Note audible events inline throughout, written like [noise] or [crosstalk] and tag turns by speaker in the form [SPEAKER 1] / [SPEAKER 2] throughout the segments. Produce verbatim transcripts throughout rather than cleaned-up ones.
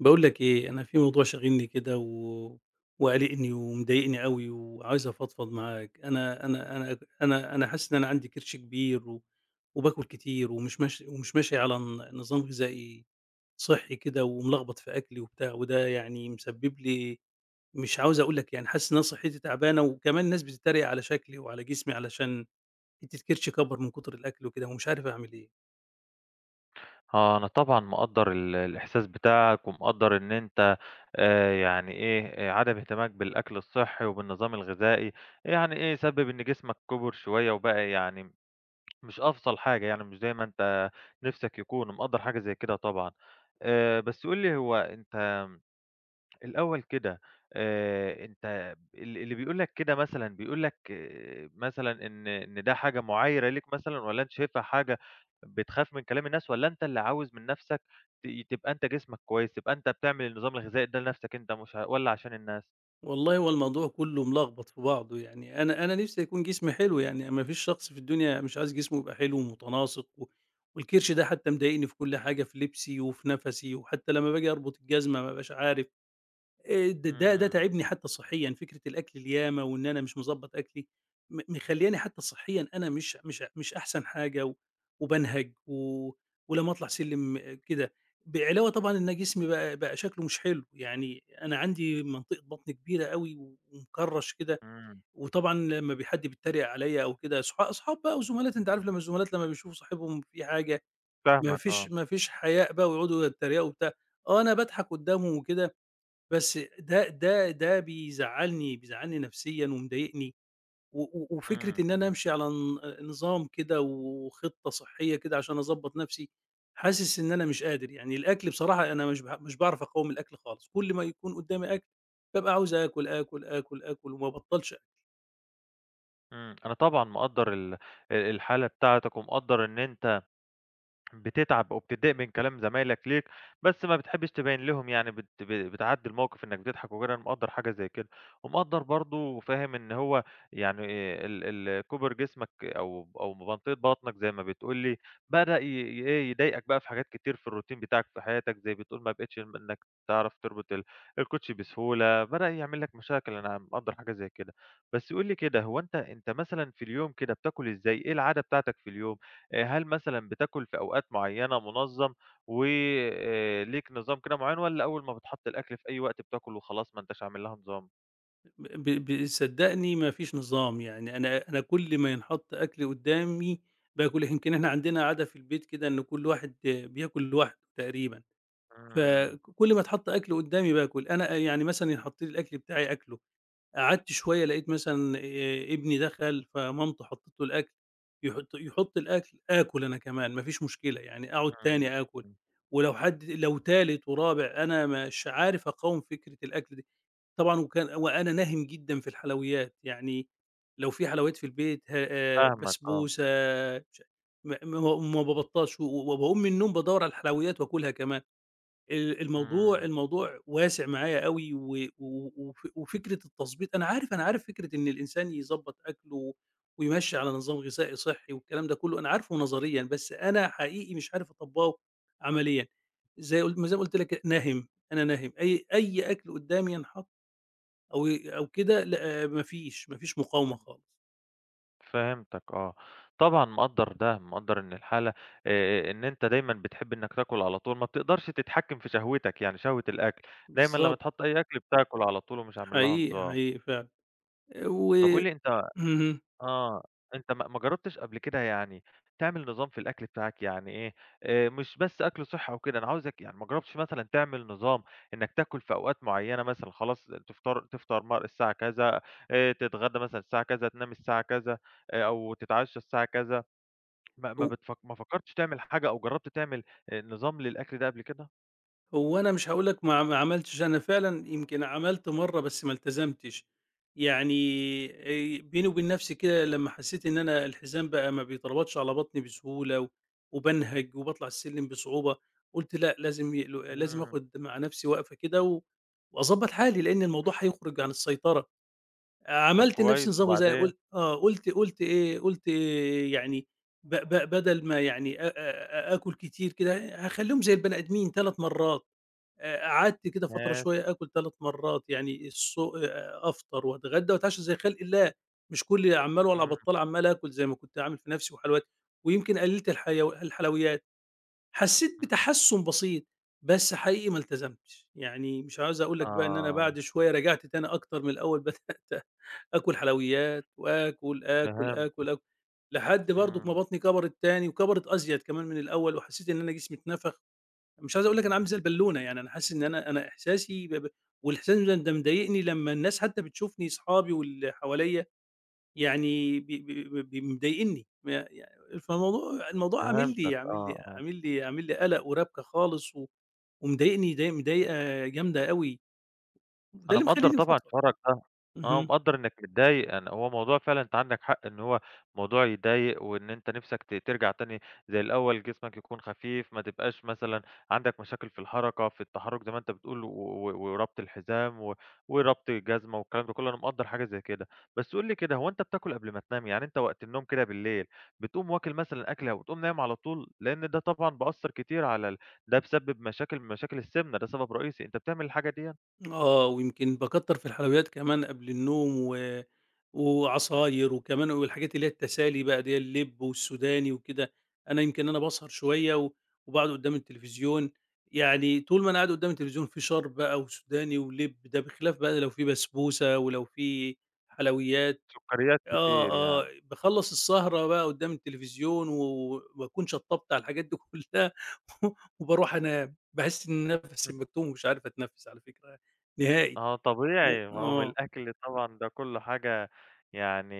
[SPEAKER 1] باقول لك إيه، أنا في موضوع شاغلني كده و وقالقني ومضايقني أوي وعايز أفضفض معاك. أنا أنا أنا أنا أنا حاسس إن أنا عندي كرش كبير و وباكل كتير، ومش ماشي ومش ماشي على ن نظام غذائي صحّي كده، وملخبط في أكلي وبتاع، وده يعني مسبب لي، مش عاوز أقول لك، يعني حاسس إن أنا صحّتي تعبانة، وكمان الناس بتتريق على شكلي وعلى جسمي علشان حتّة كرشي كَبَر من كتر الأكل وكده، ومش عارف أعمل إيه.
[SPEAKER 2] آه، أنا طبعًا مقدّر ال الإحساس بتاعك، ومقدّر إن أنت آآ، يعني إيه، آه، عدم اهتمامك بالأكل الصحّي وبالنظام الغذائي، يعني إيه سبِّب إن جسمك كُبِر شوية وبقى يعني مش أفضل حاجة يعني، مش زي ما أنت نِفْسك يكون، مقدّر حاجة زي كده طبعًا. آآ، بس قُل لي هو أنت الأول كده، آآ أنت ال اللي بيقول لك كده مثلًا بيقول لك آآ مثلًا إن إن ده حاجة مُعيّرة ليك مثلًا والّا أنت شايفها حاجة بتخاف من كلام الناس والّا أنت اللي عاوز من نَفْسك ت تبقى أنت جسمك كويس، تبقى أنت بتعمل النظام الغذائي ده لنَفْسك أنت مش ع والّا عشان الناس؟
[SPEAKER 1] والله هو الموضوع كله ملخبط في بعضه، يعني أنا أنا نِفْسي يكون جسمي حلو، يعني ما فيش شخص في الدنيا مش عايز جسمه يبقى حلو ومتناسق، و والكرش ده حتى مضايقني في كل حاجة، في لبسي وفي نَفَسي، وحتى لمّا باجي أربط الجزمة ما بابقاش عارف. آآ د ده ده
[SPEAKER 2] إمم،
[SPEAKER 1] تاعبني حتى صحيًا، فكرة الأكل الياما وإن أنا مش مضبّط أكلي، م مخلّياني حتى صحيًا أنا مش مش مش أحسن حاجة، و وبانهج، و ولمّا أطلع سلِّم كده، بعلاوة طبعًا إن جسمي بقى بقى شكله مش حلو، يعني أنا عندي منطقة بطن كبيرة أوي ومكرّش كده.
[SPEAKER 2] إمم،
[SPEAKER 1] وطبعًا لمّا ب حد بيتريق عليَّ أو كده، أصحا أصحاب بقى وزملات، أنت عارف لمّا الزملات لمّا بيشوفوا صاحبهم في حاجة ما
[SPEAKER 2] فاهمك
[SPEAKER 1] فيش
[SPEAKER 2] آه.
[SPEAKER 1] ما فيش حياء بقى، ويقعدوا يتريقوا وبتاع. آه، أنا باضحك قدّامهم وكده، بس ده ده ده بيزعّلني، بيزعّلني نفسيًا ومضايقني، و و وفكرة
[SPEAKER 2] إمم،
[SPEAKER 1] إن أنا
[SPEAKER 2] إمم،
[SPEAKER 1] أمشي على ن نظام كده وخطة صحية كده عشان أضبّط نفسي، حاسس إن أنا مش قادر. يعني الأكل بصراحة أنا مش باع مش باعرف أقاوم الأكل خالص، كل ما يكون قدّامي أكل بابقى عاوز آكل، آكل، آكل، آكل، وما بابطّلش أكل.
[SPEAKER 2] إمم. أنا طبعًا مقدّر ال الحالة بتاعتك ومقدّر إن أنت بتتعب أو بتتضايق من كلام زمايلك ليك، بس ما بتحبّش تبيّن لهم يعني بت ب بتعدّي الموقف إنّك بتضحك وكده، أنا مقدّر حاجة زي كده. ومقدّر برضه فاهم إن هو يعني إيه ال ال كُبْر جسمك أو أو منطقة بطنك زي ما بتقول لي، بدأ ي ي إيه، يضايقك بقى في حاجات كتير في الroutine بتاعك في حياتك، زي بتقول ما بقيتش م إنّك تعرف تربط ال الكوتشي بسهولة، بدأ يعمل لك مشاكل، أنا مقدّر حاجة زي كده. بس قُل لي كده، هو أنت أنت مثلًا في اليوم كده بتاكل إزاي؟ إيه العادة بتاعتك في اليوم؟ آآ هل مثلًا بتاكل في أوقات معيّنة، منظَّم، و آآ ليك نظام كده معيّن والّا أول ما بتحط الأكل في أي وقت بتاكل وخلاص ما أنتاش عامل لها نظام؟
[SPEAKER 1] ب ب صدّقني ما فيش نظام، يعني أنا أنا كل ما ينحط أكل قدّامي باكل. يمكن إحنا عندنا عادة في البيت كده إن كل واحد بياكل لوحده تقريبًا.
[SPEAKER 2] إمم،
[SPEAKER 1] فكل ما اتحط أكل قدّامي باكل، أنا يعني مثلًا حط لي الأكل بتاعي آكله، قعدت شوية لقيت مثلًا آآ ابني دخل فمامته حطت له الأكل، يحط يحط الأكل، آكل أنا كمان ما فيش مشكلة، يعني أقعد
[SPEAKER 2] إمم،
[SPEAKER 1] تاني آكل.
[SPEAKER 2] إمم،
[SPEAKER 1] ولو حد لو تالت ورابع أنا مش عارف أقاوم فكرة الأكل دي. طبعًا، وكان وأنا ناهِم جدًا في الحلويات، يعني لو في حلويات في البيت ه آآ
[SPEAKER 2] فاهمك آه.
[SPEAKER 1] بسبوسة، مش م ما ما بابطّلش، و وباقوم من النوم بادوّر على الحلويات وآكلها كمان. ال الموضوع
[SPEAKER 2] إمم،
[SPEAKER 1] الموضوع واسع معايا أوي، و و وف وفكرة التضبيط، أنا عارف، أنا عارف فكرة إن الإنسان يضبّط أكله ويمشّي على نظام غذائي صحّي والكلام ده كلّه، أنا عارفه نظريًا، بس أنا حقيقي مش عارف أطبّقه عمليًا. زي قل ما زي ما قُلت لك ناهِم، أنا ناهِم، أي أي أكل قدّامي ينحط أو ي أو كده، لأ ما فيش، ما فيش مقاومة
[SPEAKER 2] إمم،
[SPEAKER 1] خالص.
[SPEAKER 2] فهمتك آه. طبعًا مقدّر ده، مقدّر إن الحالة آآ إن أنت دايمًا بتحب إنك تاكل على طول، ما بتقدرش تتحكّم في شهوتك يعني شهوة الأكل، دايمًا لمّا
[SPEAKER 1] بالضبط.
[SPEAKER 2] تحط أي أكل بتاكل على طول ومش عامل لها
[SPEAKER 1] حقيقي،
[SPEAKER 2] نظام.
[SPEAKER 1] حقيقي فعلًا. و
[SPEAKER 2] طَب قُل لي أنت
[SPEAKER 1] اهم.
[SPEAKER 2] آه، أنت ما ما جرّبتش قبل كده يعني تعمل نظام في الأكل بتاعك، يعني إيه، آآ مش بس أكل صحّي أو كده، أنا عاوزك يعني ما جرّبتش مثلًا تعمل نظام إنّك تاكل في أوقات معيّنة مثلًا خلاص تفطر تفطر مر الساعة كذا، آآ تتغدى مثلًا الساعة كذا، تنام الساعة كذا، آآ أو تتعشّى الساعة كذا، ما ما
[SPEAKER 1] و
[SPEAKER 2] بتفك ما فكّرتش تعمل حاجة أو جرّبت تعمل آآ نظام للأكل ده قبل كده؟
[SPEAKER 1] هو أنا مش هاقول لك ما ما عملتش، أنا فعلًا يمكن عملت مرّة بس ما التزمتش. يعني آآ بيني وبين نفسي كده لمّا حسيت إن أنا الحزام بقى ما بيتربطش على بطني بسهولة، و وبانهج وباطلع السلم بصعوبة، قُلت لأ، لازم ي لازم
[SPEAKER 2] إمم.
[SPEAKER 1] آخد مع نفسي وقفة كده، و وأضبّط حالي، لإن الموضوع هيخرج عن السيطرة.
[SPEAKER 2] طب
[SPEAKER 1] عملت لنفسي
[SPEAKER 2] كويس،
[SPEAKER 1] نظام غذائي،
[SPEAKER 2] وبعدين؟
[SPEAKER 1] قُل آه، قُلت قُلت إيه، قُلت إيه يعني، ب ب بدل ما يعني أ أ آ- آكل كتير كده، هاخلّيهم زي البني آدمين 3 مرّات. آآ قعدت كده فترة
[SPEAKER 2] ماشي.
[SPEAKER 1] شوية آكل 3 مرّات، يعني الص آآ أفطر وأتغدى وأتعشى زي خلق الله، مش كُلّي عمّال وعلى
[SPEAKER 2] إمم،
[SPEAKER 1] بطّال عمّال آكل زي ما كنت عامل في نَفْسي وحلويات، ويمكن قلِّلت الحيو الحلويات. حسّيت
[SPEAKER 2] إمم،
[SPEAKER 1] بتحسُّن بسيط، بس حقيقي ما التزمتش، يعني مش عاوز أقول لك بقى إن أنا
[SPEAKER 2] آه،
[SPEAKER 1] بعد شوية رجعت تاني أكتر من الأول. [laughs] بدأت آكل حلويات وآكل، آكل،
[SPEAKER 2] فهمت.
[SPEAKER 1] آكل، آكل، لحد برضُك ما
[SPEAKER 2] إمم،
[SPEAKER 1] بطني كَبَرِت تاني وكَبَرِت أزيد كمان من الأول، وحسّيت إن أنا جسمي اتنفخ، مش عايز أقول لك أنا عامل زي البالونة. يعني أنا حاسس إن أنا أنا إحساسي ب ب والإحساس ده ده مضايقني لمّا الناس حتى بتشوفني، صحابي واللي حواليّا، يعني ب ب ب ب مضايقني، م ي فالموضوع الموضوع عامل
[SPEAKER 2] فهمتك،
[SPEAKER 1] لي عامل لي
[SPEAKER 2] آه، آه.
[SPEAKER 1] عامل لي عامل لي قلق وربكة خالص، و ومضايقني، ضي مضايقة جامدة أوي، وده
[SPEAKER 2] أنا
[SPEAKER 1] اللي
[SPEAKER 2] مقدّر
[SPEAKER 1] مخلّيني
[SPEAKER 2] طبعًا
[SPEAKER 1] مفضفض.
[SPEAKER 2] شعورك ده، آه،
[SPEAKER 1] اهم.
[SPEAKER 2] مقدّر إنك متضايق. أنا هو موضوع فعلًا، أنت عندك حق إن هو موضوع يضايق، وإن أنت نِفْسك ت ترجع تاني زي الأول، جسمك يكون خفيف، ما تبقاش مثلًا عندك مشاكل في الحركة، في التحرُّك زي ما أنت بتقول، و و وربط الحزام، و وربط الجزمة والكلام ده كُلّه، أنا مقدّر حاجة زي كده. بس قُل لي كده، هو أنت بتاكل قبل ما تنام؟ يعني أنت وقت النوم كده بالليل، بتقوم واكل مثلًا أكلة وتقوم نايم على طول؟ لإن ده طبعًا بأثّر كتير على ال ده بيسبب مشاكل من مشاكل السِمنة، ده سبب رئيسي، أنت بتعمل الحاجة ديًا؟
[SPEAKER 1] آه، ويمكن باكتّر في الحلويات كمان قبل النوم، و وعصاير وكمان، والحاجات اللي هي التسالي بقى ديّة، اللِب والسوداني وكده. أنا يمكن أنا باسهر شوية و وباقعد قدّام التلفزيون، يعني طول ما أنا قاعد قدّام التلفزيون في شَرْب بقى وسوداني ولِب، ده بخلاف بقى لو في بسبوسة ولو في حلويات.
[SPEAKER 2] سُكّريات
[SPEAKER 1] آه.
[SPEAKER 2] كتير
[SPEAKER 1] آه،
[SPEAKER 2] يعني.
[SPEAKER 1] باخلّص السهرة بقى قدّام التلفزيون، و وأكون شطّبت على الحاجات دي كلّها. [laughs] وباروح أنام، باحس إن نَفَسي مكتوم ومش عارف أتنفّس على فكرة نهائي.
[SPEAKER 2] آه
[SPEAKER 1] و
[SPEAKER 2] طبيعي، ما هو من
[SPEAKER 1] آه.
[SPEAKER 2] الأكل طبعًا ده كُلّه، حاجة يعني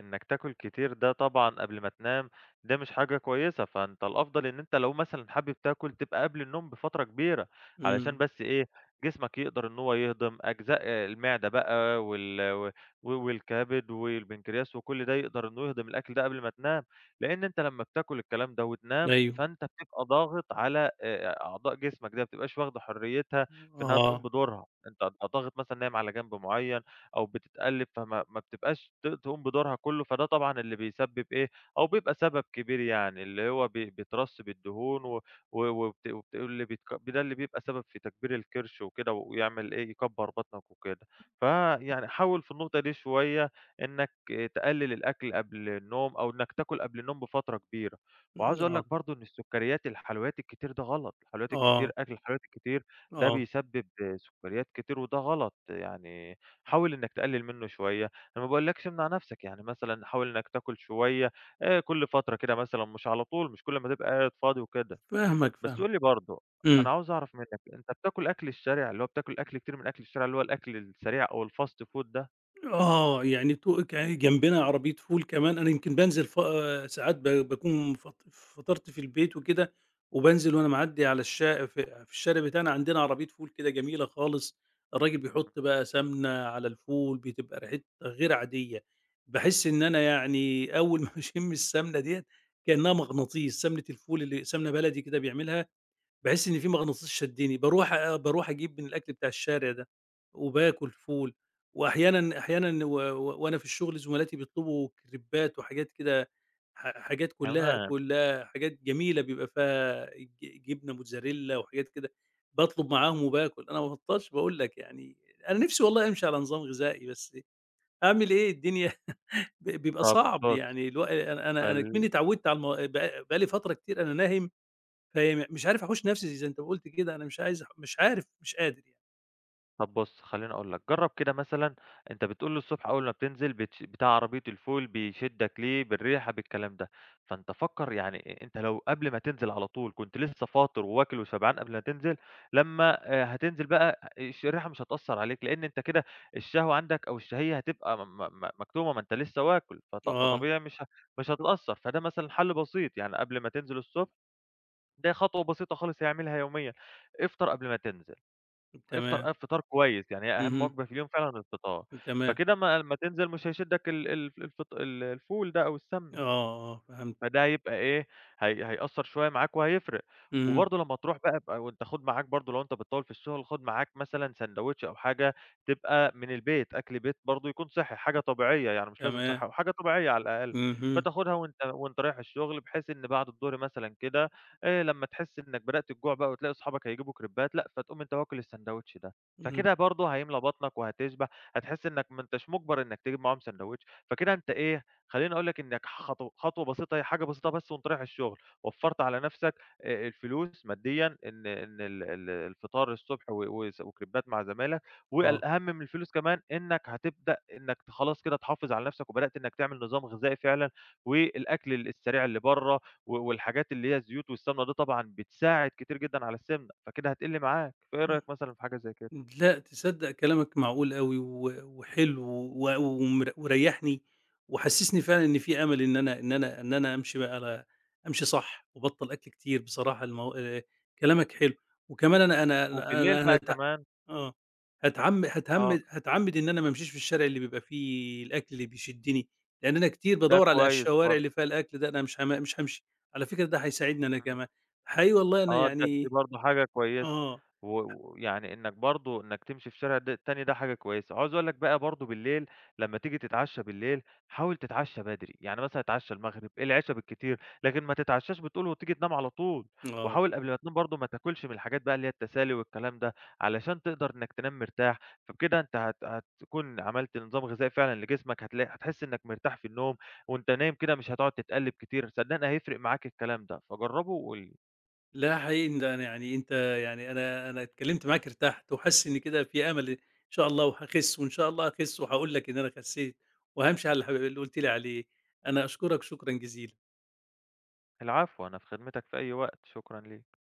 [SPEAKER 2] إنّك تاكل كتير ده طبعًا قبل ما تنام، ده مش حاجة كويسة، فأنت الأفضل إن أنت لو مثلًا حابب تاكل تبقى قبل النوم بفترة كبيرة، علشان
[SPEAKER 1] إمم.
[SPEAKER 2] بس إيه، جسمك يقدر إن هو يهضم أجزاء المعدة بقى وال و والكبد والبنكرياس وكل ده يقدر إنه يهضم الأكل ده قبل ما تنام، لإن أنت لمّا بتاكل الكلام ده وتنام،
[SPEAKER 1] أيوه.
[SPEAKER 2] فأنت بتبقى ضاغط على آآ أعضاء جسمك، ده ما بتبقاش واخدة حريتها في إنّها تقوم
[SPEAKER 1] آه.
[SPEAKER 2] بدورها. أنت أنت ضاغط مثلًا نايم على جنب معيّن أو بتتقلِّب، فما ما بتبقاش ت تقوم بدورها كلّه، فده طبعًا اللي بيسبِّب إيه، أو بيبقى سبب كبير يعني، اللي هو ب بيترسّب الدهون و و وبت وبت اللي بيتك ده اللي بيبقى سبب في تكبير الكرش وكده ويعمل إيه، يكبّر بطنك وكده. فيعني حاول في النقطة دي شوية إنّك إيه، تقلِّل الأكل قبل النوم أو إنّك تاكل قبل النوم بفترة كبيرة. وعاوز أقول
[SPEAKER 1] آه.
[SPEAKER 2] لك برضه إن السُكّريات، الحلويات الكتير ده غلط، الحلويات الكتير،
[SPEAKER 1] آه.
[SPEAKER 2] أكل الحلويات الكتير ده
[SPEAKER 1] آه.
[SPEAKER 2] بيسبب سكريات كتير وده غلط، يعني حاول إنّك تقلل منّه شوية، أنا ما باقولكش امنع نفْسك، يعني مثلًا حاول إنّك تاكل شوية آآ كل فترة كده مثلًا مش على طول، مش كل ما تبقى قاعد فاضي وكده.
[SPEAKER 1] فاهمك،
[SPEAKER 2] بس
[SPEAKER 1] فاهمك.
[SPEAKER 2] قُل لي برضه، أنا
[SPEAKER 1] إمم.
[SPEAKER 2] عاوز أعرف منّك، أنت بتاكل أكل الشارع، اللي هو بتاكل أكل كتير من أكل الشارع اللي هو الأكل السريع أو الfast food ده؟
[SPEAKER 1] آه، يعني تو ك جنبنا عربية فول كمان، أنا يمكن بانزل، ف آه، ساعات ب باكون فط فطرت في البيت وكده، وبانزل وأنا معدّي على الشا ف في الشارع بتاعنا عندنا عربية فول كده جميلة خالص، الراجل
[SPEAKER 2] إمم،
[SPEAKER 1] بيحط بقى سمنة على الفول، بتبقى ريحتها غير عادية، باحس إن أنا يعني أول ما [laughs] باشم السمنة ديّة كأنها مغناطيس، سمنة الفول اللي سمنة بلدي كده بيعملها، باحس إن في مغناطيس شدّني، باروح أ باروح أجيب من الأكل بتاع الشارع ده، وباكل فول. وأحيانًا، أحيانًا، و و وأنا في الشغل زملاتي بيطلبوا كريبات وحاجات كده، ح حاجات كلّها
[SPEAKER 2] كمان.
[SPEAKER 1] كلّها حاجات جميلة بيبقى فيها ج جبنة موتزاريلا وحاجات كده، باطلب معاهم وباكل، أنا ما بابطّلش باقول لك يعني. أنا نِفْسي والله أمشي على نظام غذائي، بس أعمل إيه الدنيا. [laughs] ب بيبقى
[SPEAKER 2] طَب
[SPEAKER 1] صعب،
[SPEAKER 2] بُص
[SPEAKER 1] يعني الو أنا أنا أنا كمنّي
[SPEAKER 2] خل
[SPEAKER 1] اتعوّدت، على الم بق بقى لي فترة كتير أنا ناهِم، فهي مش عارف أحوش نفسي، زي زي أنت ما قُلت كده، أنا مش عايز أح مش عارف، مش قادر يعني.
[SPEAKER 2] طب بُص، خلّيني أقول لك، جرّب كده مثلًا، أنت بتقول له الصبح أول ما بتنزل بتش بتاع عربية الفول بيشدك ليه، بالريحة، بالكلام ده، فأنت فكّر، يعني أنت لو قبل ما تنزل على طول كنت لسه فاطر وواكل وشبعان قبل ما تنزل، لمّا آآ هتنزل بقى الش الريحة مش هتأثّر عليك، لإن أنت كده الشهوة عندك أو الشهيّة هتبقى م م مكتومة، ما أنت لسه واكل، فط
[SPEAKER 1] آه.
[SPEAKER 2] فطبيعي مش ه مش هتتأثّر، فده مثلًا حل بسيط، يعني قبل ما تنزل الصبح، ده خطوة بسيطة خالص هيعملها يوميًا، افطر قبل ما تنزل. افطر
[SPEAKER 1] تمام.
[SPEAKER 2] أ فطار كويس، يعني هي أهم
[SPEAKER 1] اهم.
[SPEAKER 2] وجبة في اليوم فعلًا الفطار،
[SPEAKER 1] تمام.
[SPEAKER 2] فكده أمّا أمّا تنزل مش هيشدك ال الف الفط ال الفول ده أو
[SPEAKER 1] آه.
[SPEAKER 2] السمنة.
[SPEAKER 1] آه. فهمت.
[SPEAKER 2] فده هيبقى إيه، هي هيأثّر شوية معاك وهيفرق.
[SPEAKER 1] اهم.
[SPEAKER 2] وبرضه لمّا تروح بقى ابقى وأنت خُد معاك برضه لو أنت بتطوّل في الشغل، خُد معاك مثلًا ساندوتش أو حاجة تبقى من البيت، أكل بيت برضه يكون صحّي، حاجة طبيعية يعني مش لازم
[SPEAKER 1] تمام.
[SPEAKER 2] صحّي أوي، حاجة طبيعية على الأقل.
[SPEAKER 1] اهم.
[SPEAKER 2] فتاخدها وأنت وأنت رايح الشغل بحيث إن بعد الضُهر مثلًا كده آآ لمّا تحس إنّك بدأت الجوع بقى وتلاقي أصحابك هيجيبوا كريبات، لأ، فتقوم أنت واكل الساندوتش ده.
[SPEAKER 1] إمم.
[SPEAKER 2] فكده برضه هيملى بطنك وهتشبع، هتحس إنّك ما أنتاش مُجبر إنّك تجيب معاهم ساندوتش، فكده أنت إيه، خلّيني أقول لك إنك خطو خطوة بسيطة، هي حاجة بسيطة بس وأنت رايح الشغل، وفّرت على نَفْسك آآ الفلوس ماديًا إن إن ال ال الفطار الصبح و وس وكريبات مع زمايلك،
[SPEAKER 1] آه.
[SPEAKER 2] والأهم من الفلوس كمان إنك هتبدأ إنك ت خلاص كده تحافظ على نَفْسك، وبدأت إنك تعمل نظام غذائي فعلًا، والأكل ال السريع اللي برّه و والحاجات اللي هي الزيوت والسمنة دي طبعًا بتساعد كتير جدًا على السمنة، فكده هتقِل معاك، فإيه رأيك مثلًا في حاجة زي كده؟
[SPEAKER 1] لأ، تصدّق كلامك معقول أوي، و وحلو، و ومر وريّحني، وحسّسني فعلًا إن في أمل إن أنا إن أنا إن أنا أمشي بقى على أمشي صح وأبطّل أكل كتير بصراحة. المو آآ كلامك حلو. وكمان أنا أنا
[SPEAKER 2] وبالليل
[SPEAKER 1] أنا أنا
[SPEAKER 2] بقى
[SPEAKER 1] هت
[SPEAKER 2] كمان
[SPEAKER 1] آه، هاتعم
[SPEAKER 2] آه،
[SPEAKER 1] هاتعمّد هاتعمّد إن أنا ما امشيش في الشارع اللي بيبقى فيه الأكل اللي بيشدّني، لإن أنا كتير
[SPEAKER 2] ده
[SPEAKER 1] بادوّر على
[SPEAKER 2] كويس
[SPEAKER 1] الشوارع
[SPEAKER 2] برضه.
[SPEAKER 1] اللي فيها الأكل ده، أنا مش هام مش هامشي. على فكرة ده هيساعدني أنا
[SPEAKER 2] إمم.
[SPEAKER 1] كمان. حقيقي والله أنا
[SPEAKER 2] آه، ده دي
[SPEAKER 1] يعني.
[SPEAKER 2] برضه حاجة كويسة،
[SPEAKER 1] آه،
[SPEAKER 2] و ويعني إنّك برضه إنّك تمشي في شارع ده التاني ده حاجة كويسة. عاوز أقول لك بقى برضه بالليل لمّا تيجي تتعشّى بالليل، حاول تتعشّى بدري، يعني مثلًا اتعشّى المغرب، العشا بالكتير، لكن ما تتعشّاش بتقول وتيجي تنام على طول،
[SPEAKER 1] آه.
[SPEAKER 2] وحاول قبل ما تنام برضه ما تاكلش من الحاجات بقى اللي هي التسالي والكلام ده، علشان تقدر إنّك تنام مرتاح، فبكده أنت هت هتكون عملت نظام غذائي فعلًا لجسمك، هتلاقي هتحس إنّك مرتاح في النوم، وأنت نايم كده مش هتقعد تتقلّب كتير، صدّقني هيفرق معاك الكلام ده، فجرّبه وقُل لي.
[SPEAKER 1] لا حقيقي ده أنا يعني أنت، يعني أنا أنا اتكلمت معاك ارتحت، وحاسس إن كده في أمل، إن شاء الله وهاخس، وإن شاء الله هاخس وهاقول لك إن أنا خسيت، وهامشي على اللي حب- اللي قلت لي عليه. أنا أشكرك شكرًا جزيلًا.
[SPEAKER 2] العفو، أنا في خدمتك في أي وقت، شكرًا ليك.